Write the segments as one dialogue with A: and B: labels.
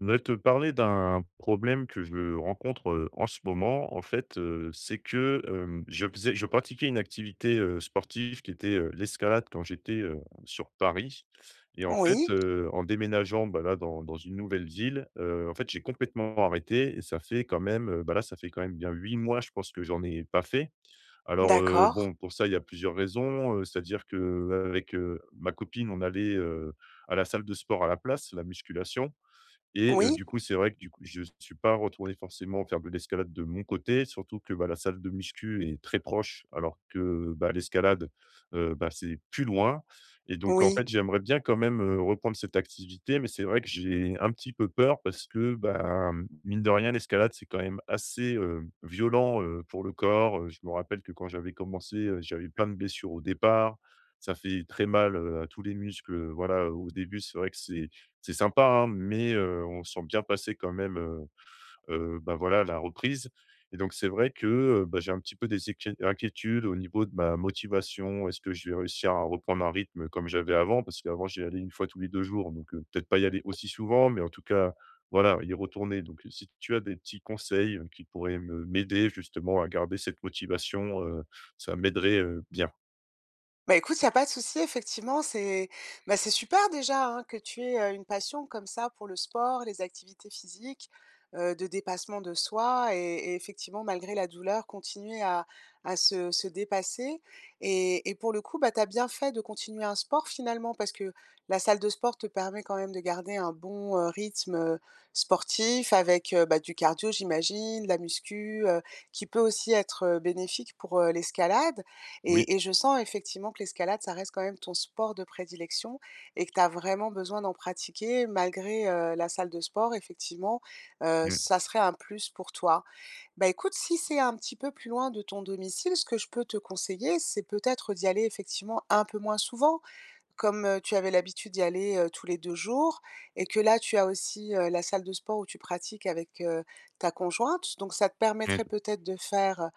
A: Je voudrais te parler d'un problème que je rencontre, en ce moment. En fait, c'est que, je pratiquais une activité, sportive qui était, l'escalade quand j'étais, sur Paris et en fait,
B: Oui,
A: en déménageant, bah, là, dans une nouvelle ville, en fait, j'ai complètement arrêté et ça fait quand même bien 8 mois, je pense que j'en ai pas fait. Alors,
B: d'accord.
A: bon, pour ça, il y a plusieurs raisons, c'est-à-dire qu'avec, ma copine, on allait, à la salle de sport à la place, la musculation et
B: Oui,
A: du coup, c'est vrai que du coup, je ne suis pas retourné forcément faire de l'escalade de mon côté, surtout que, bah, la salle de muscu est très proche alors que, bah, l'escalade, bah, c'est plus loin et donc en
B: oui.
A: fait, j'aimerais bien quand même, reprendre cette activité mais c'est vrai que j'ai un petit peu peur parce que, bah, mine de rien, l'escalade, c'est quand même assez, violent, pour le corps, je me rappelle que quand j'avais commencé, j'avais plein de blessures au départ. Ça fait très mal, à tous les muscles, voilà, au début, c'est vrai que c'est sympa, hein, mais on sent bien passer quand même, bah, voilà, la reprise et donc c'est vrai que, bah, j'ai un petit peu des équi inquiétudes au niveau de ma motivation. Est-ce que je vais réussir à reprendre un rythme comme j'avais avant? Parce qu'avant, j'y allais une fois tous les 2 jours, donc peut-être pas y aller aussi souvent, mais en tout cas, voilà, y retourner. Donc si tu as des petits conseils, qui pourraient me m'aider justement à garder cette motivation, ça m'aiderait, bien.
B: Bah, écoute, il y a pas de souci, effectivement, c'est bah, c'est super déjà, hein, que tu aies, une passion comme ça pour le sport, les activités physiques, de dépassement de soi et effectivement, malgré la douleur, continuer à se dépasser et pour le coup, bah, tu as bien fait de continuer un sport finalement parce que la salle de sport te permet quand même de garder un bon, rythme, sportif avec, bah, du cardio j'imagine, de la muscu, qui peut aussi être, bénéfique pour, l'escalade
A: Oui.
B: et je sens effectivement que l'escalade, ça reste quand même ton sport de prédilection et que tu as vraiment besoin d'en pratiquer malgré, la salle de sport effectivement,
A: Mmh mh.
B: ça serait un plus pour toi. Bah, écoute, si c'est un petit peu plus loin de ton domicile, ce que je peux te conseiller, c'est peut-être d'y aller effectivement un peu moins souvent. Comme, tu avais l'habitude d'y aller, tous les 2 jours et que là, tu as aussi, la salle de sport où tu pratiques avec, ta conjointe, donc ça te permettrait peut-être de faire,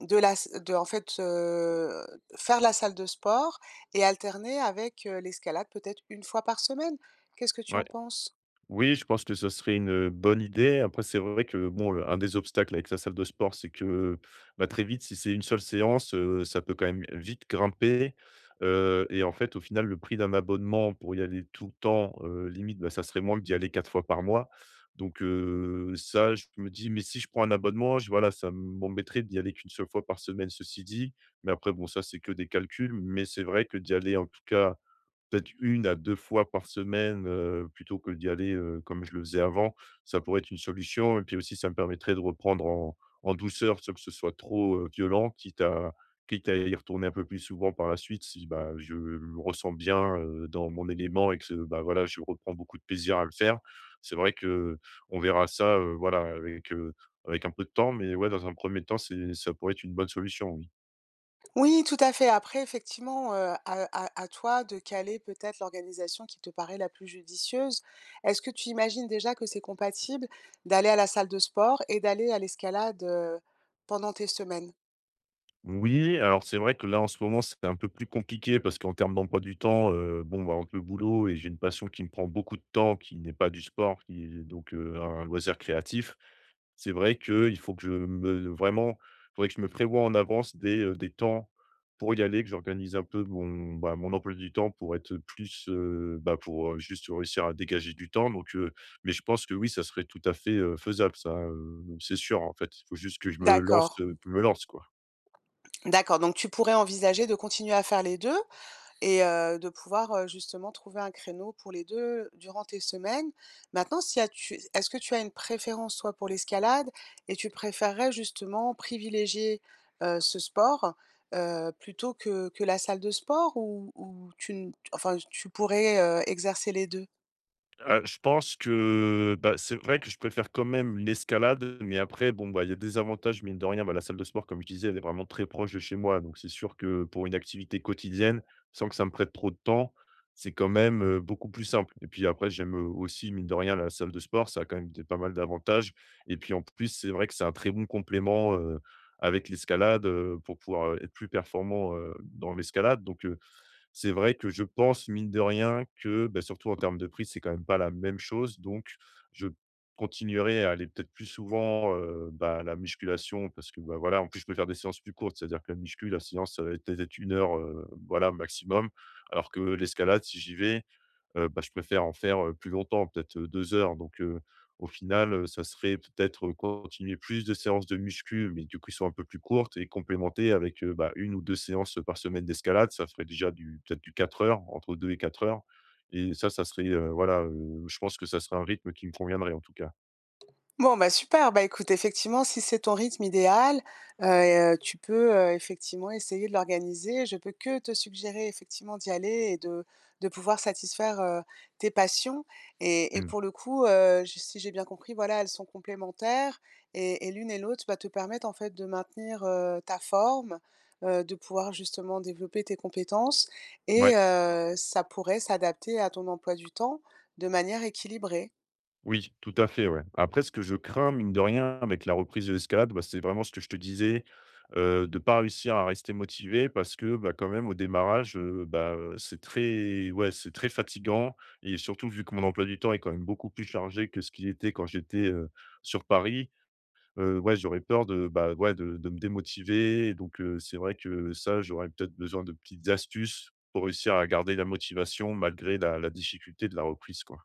B: de la s de en fait, faire la salle de sport et alterner avec, l'escalade peut-être une fois par semaine. Qu'est-ce que tu
A: Ouais.
B: en penses?
A: Oui, je pense que ce serait une bonne idée. Après, c'est vrai que bon, un des obstacles avec la salle de sport, c'est que, bah, très vite, si c'est une seule séance, ça peut quand même vite grimper, et en fait, au final, le prix d'un abonnement pour y aller tout le temps, limite, bah, ça serait moins que d'y aller 4 fois par mois. Donc, ça, je me dis: «Mais si je prends un abonnement, je voilà, ça m'embêterait d'y aller qu'une seule fois par semaine», ceci dit. Mais après, bon, ça, c'est que des calculs. Mais c'est vrai que d'y aller, en tout cas, peut-être une à 2 fois par semaine, plutôt que d'y aller, comme je le faisais avant, ça pourrait être une solution et puis aussi ça me permettrait de reprendre en douceur sans que ce soit trop, violent, quitte à y retourner un peu plus souvent par la suite si, bah, je me ressens bien, dans mon élément et que, bah, voilà, je reprends beaucoup de plaisir à le faire. C'est vrai que on verra ça, voilà, avec un peu de temps mais ouais, dans un premier temps, c'est ça pourrait être une bonne solution, oui.
B: Oui, tout à fait. Après effectivement, à toi de caler peut-être l'organisation qui te paraît la plus judicieuse. Est-ce que tu imagines déjà que c'est compatible d'aller à la salle de sport et d'aller à l'escalade, pendant tes semaines?
A: Oui, alors c'est vrai que là en ce moment c'est un peu plus compliqué parce qu'en termes d'emploi du temps, bon, bah, entre le boulot et j'ai une passion qui me prend beaucoup de temps, qui n'est pas du sport, qui est donc, un loisir créatif. C'est vrai que il faut que je me vraiment, faudrait que je me prévoie en avance des temps pour y aller, que j'organise un peu mon, emploi du temps pour être plus, bah, pour, juste réussir à dégager du temps donc, mais je pense que oui, ça serait tout à fait, faisable ça, c'est sûr en fait. Il faut juste que je me lance,
B: D'accord,
A: quoi.
B: d'accord, donc tu pourrais envisager de continuer à faire les 2 et de pouvoir, justement trouver un créneau pour les 2 durant tes semaines. Maintenant, si as tu est-ce que tu as une préférence toi pour l'escalade et tu préférerais justement privilégier, ce sport, plutôt que la salle de sport ou tu ne enfin, tu pourrais, exercer les 2.
A: Je pense que, bah, c'est vrai que je préfère quand même l'escalade, mais après bon, bah, il y a des avantages mine de rien. Bah, la salle de sport comme je disais, elle est vraiment très proche de chez moi, donc c'est sûr que pour une activité quotidienne, sans que ça me prête trop de temps, c'est quand même, beaucoup plus simple et puis après j'aime, aussi mine de rien la salle de sport, ça a quand même des pas mal d'avantages et puis en plus, c'est vrai que c'est un très bon complément, avec l'escalade, pour pouvoir, être plus performant, dans l'escalade donc c'est vrai que je pense, mine de rien, que, bah, surtout en termes de prix, c'est quand même pas la même chose. Donc, je continuerai à aller peut-être plus souvent, bah, à la musculation parce que, bah, voilà, en plus, je peux faire des séances plus courtes. C'est-à-dire que la muscu, la séance, ça va être peut-être 1 heure, voilà, maximum. Alors que l'escalade, si j'y vais, bah, je préfère en faire, plus longtemps, peut-être, 2 heures. Donc, au final, ça serait peut-être, continuer plus de séances de muscu, mais du coup, qui sont un peu plus courtes et complémentées avec, bah, 1 ou 2 séances, par semaine d'escalade. Ça ferait déjà du peut-être du 4 heures, entre 2 et 4 heures. Et ça serait, voilà, je pense que ça serait un rythme qui me conviendrait en tout cas.
B: Bon, bah, super. Bah, écoute, effectivement, si c'est ton rythme idéal, tu peux, effectivement essayer de l'organiser. Je peux que te suggérer effectivement d'y aller et de pouvoir satisfaire, tes passions et
A: Mmh.
B: pour le coup, j si j'ai bien compris, voilà, elles sont complémentaires et l'une et l'autre, va te permettre en fait de maintenir, ta forme, de pouvoir justement développer tes compétences
A: Ouais.
B: et ça pourrait s'adapter à ton emploi du temps de manière équilibrée.
A: Oui, tout à fait, ouais. Après ce que je crains, mine de rien, avec la reprise de l'escalade, bah, c'est vraiment ce que je te disais, de ne pas réussir à rester motivé parce que, bah, quand même au démarrage, bah, c'est très ouais, c'est très fatigant et surtout vu que mon emploi du temps est quand même beaucoup plus chargé que ce qu'il était quand j'étais, sur Paris, ouais, j'aurais peur de, bah, ouais, de me démotiver et donc c'est vrai que ça, j'aurais peut-être besoin de petites astuces pour réussir à garder la motivation malgré la difficulté de la reprise, quoi.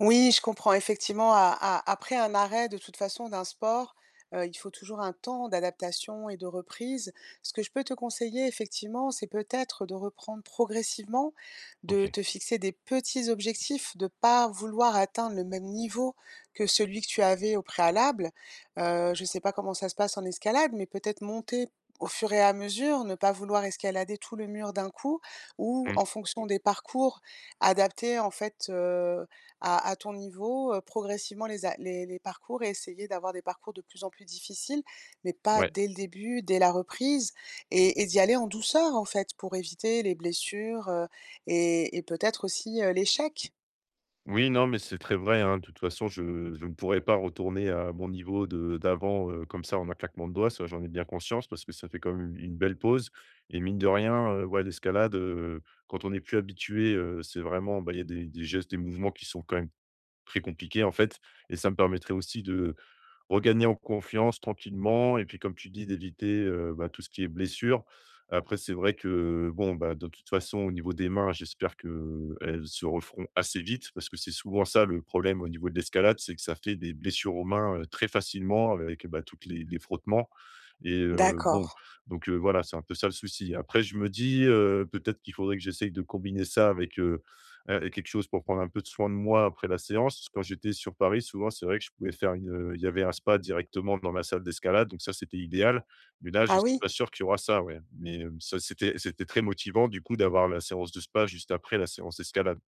B: Oui, je comprends effectivement, a a après un arrêt de toute façon d'un sport, il faut toujours un temps d'adaptation et de reprise. Ce que je peux te conseiller effectivement, c'est peut-être de reprendre progressivement, de
A: OK.
B: te fixer des petits objectifs, de pas vouloir atteindre le même niveau que celui que tu avais au préalable. Je ne sais pas comment ça se passe en escalade, mais peut-être monter au fur et à mesure, ne pas vouloir escalader tout le mur d'un coup ou
A: Mmh.
B: en fonction des parcours, adapter en fait, à ton niveau, progressivement les a les les parcours et essayer d'avoir des parcours de plus en plus difficiles, mais pas
A: Ouais.
B: dès le début, dès la reprise et d'y aller en douceur, en fait, pour éviter les blessures, et peut-être aussi, l'échec?
A: Oui, non, mais c'est très vrai, hein. De toute façon, je ne pourrais pas retourner à mon niveau de d'avant, comme ça en un claquement de doigts, ça j'en ai bien conscience parce que ça fait quand même une belle pause et mine de rien, ouais, l'escalade, quand on n'est plus habitué, c'est vraiment, bah, il y a des gestes, des mouvements qui sont quand même très compliqués en fait et ça me permettrait aussi de regagner en confiance tranquillement et puis comme tu dis d'éviter, bah, tout ce qui est blessure. Après c'est vrai que bon, bah, de toute façon au niveau des mains, j'espère qu'elles se referont assez vite parce que c'est souvent ça le problème au niveau de l'escalade, c'est que ça fait des blessures aux mains, très facilement avec, bah, toutes les frottements. Et
B: D'accord.
A: bon, donc voilà, c'est un peu ça le souci. Après je me dis, peut-être qu'il faudrait que j'essaye de combiner ça avec, quelque chose pour prendre un peu de soin de moi après la séance. Quand j'étais sur Paris, souvent, c'est vrai que je pouvais faire une, il y avait un spa directement dans ma salle d'escalade, donc ça, c'était idéal. Mais là, je ne
B: Ah
A: suis
B: oui?
A: pas sûr qu'il y aura ça, ouais. Mais ça, c'était très motivant du coup d'avoir la séance de spa juste après la séance d'escalade.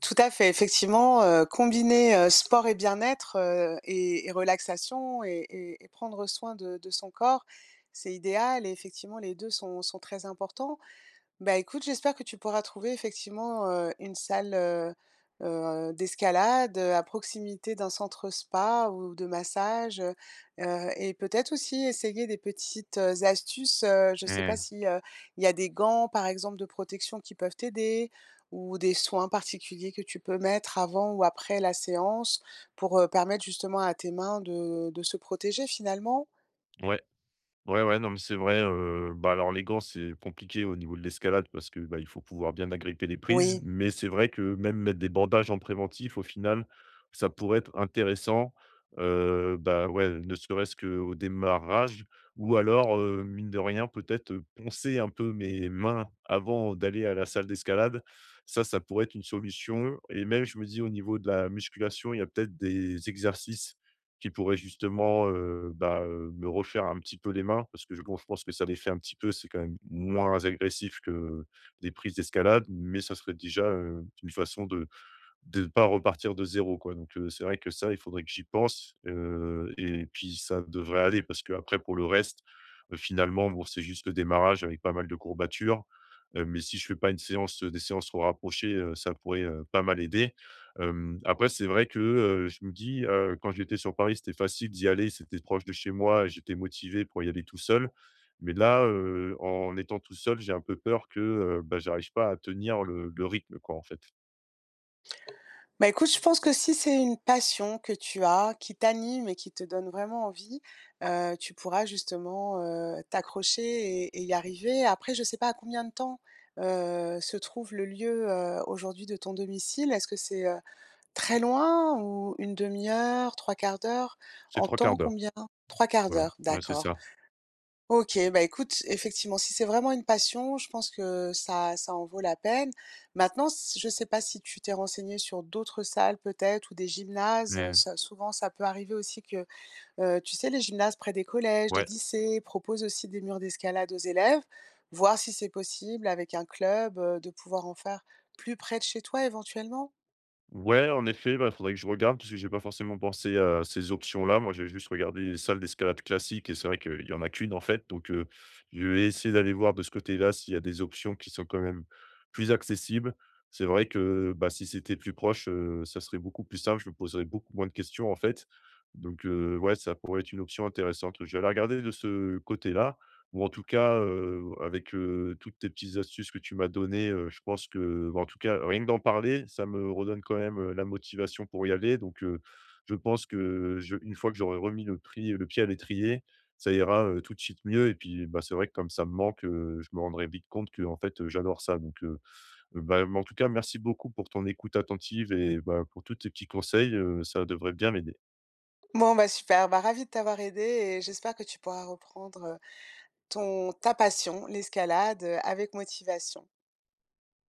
B: Tout à fait, effectivement, combiner, sport et bien-être, et relaxation et prendre soin de son corps, c'est idéal et effectivement les 2 sont très importants. Bah, écoute, j'espère que tu pourras trouver effectivement, une salle, d'escalade, à proximité d'un centre spa ou de massage, et peut-être aussi essayer des petites, astuces, je ne sais pas
A: Mmh.
B: si, il y a des gants, par exemple, de protection qui peuvent t'aider ou des soins particuliers que tu peux mettre avant ou après la séance pour, permettre justement à tes mains de se protéger finalement?
A: Ouais. Ouais, ouais, non, mais c'est vrai, bah, alors les gants, c'est compliqué au niveau de l'escalade parce que, bah, il faut pouvoir bien agripper les prises,
B: Oui.
A: mais c'est vrai que même mettre des bandages en préventif, au final, ça pourrait être intéressant, bah, ouais, ne serait-ce qu'au démarrage ou alors, mine de rien, peut-être, poncer un peu mes mains avant d'aller à la salle d'escalade. Ça pourrait être une solution et même je me dis au niveau de la musculation, il y a peut-être des exercices qui pourrait justement, me refaire un petit peu les mains parce que je bon, je pense que ça les fait un petit peu, c'est quand même moins agressif que des prises d'escalade, mais ça serait déjà, une façon de pas repartir de zéro quoi, donc c'est vrai que ça, il faudrait que j'y pense, et puis ça devrait aller parce que après pour le reste, finalement, bon, c'est juste le démarrage avec pas mal de courbatures, mais si je fais pas des séances trop rapprochées, ça pourrait, pas mal aider. Après c'est vrai que, je me dis, quand j'étais sur Paris, c'était facile d'y aller, c'était proche de chez moi et j'étais motivé pour y aller tout seul. Mais là, en étant tout seul, j'ai un peu peur que, bah, j'arrive pas à tenir le rythme quoi, en fait.
B: Bah, écoute, je pense que si c'est une passion que tu as, qui t'anime et qui te donne vraiment envie, tu pourras justement, t'accrocher et y arriver. Après, je ne sais pas à combien de temps, se trouve le lieu, aujourd'hui de ton domicile? Est-ce que c'est, très loin ou une demi heure, trois quarts d'heure?
A: C'est
B: En
A: trois
B: temps,
A: quarts d'heure.
B: combien? Trois quarts
A: Voilà,
B: d'heure,
A: ouais, c'est
B: d'accord.
A: ça.
B: OK, bah, écoute, effectivement, si c'est vraiment une passion, je pense que ça en vaut la peine. Maintenant, s je sais pas si tu t'es renseigné sur d'autres salles peut-être ou des gymnases,
A: Mais
B: ça souvent, ça peut arriver aussi que, tu sais les gymnases près des collèges, des
A: ouais,
B: lycées proposent aussi des murs d'escalade aux élèves. Voir si c'est possible avec un club, de pouvoir en faire plus près de chez toi éventuellement?
A: ouais, en effet, bah, faudrait que je regarde parce que j'ai pas forcément pensé à ces options-là. Moi, j'avais juste regardé les salles d'escalade classiques et c'est vrai qu'il y en a qu'une, en fait. Donc, je vais essayer d'aller voir de ce côté-là s'il y a des options qui sont quand même plus accessibles. C'est vrai que, bah, si c'était plus proche, ça serait beaucoup plus simple. Je me poserais beaucoup moins de questions, en fait. Donc, ouais, ça pourrait être une option intéressante. Je vais aller regarder de ce côté-là. Ou en tout cas, avec, toutes tes petites astuces que tu m'as données, je pense que, bah, en tout cas, rien que d'en parler, ça me redonne quand même, la motivation pour y aller. Donc, je pense que je une fois que j'aurai remis le pied à l'étrier, ça ira, tout de suite mieux et puis, bah, c'est vrai que comme ça me manque, je me rendrai vite compte que en fait, j'adore ça. Donc, bah, en tout cas, merci beaucoup pour ton écoute attentive et bah, pour tous tes petits conseils, ça devrait bien m'aider.
B: Bon, bah, super, bah, ravi de t'avoir aidé et j'espère que tu pourras reprendre, ton ta passion, l'escalade, avec motivation.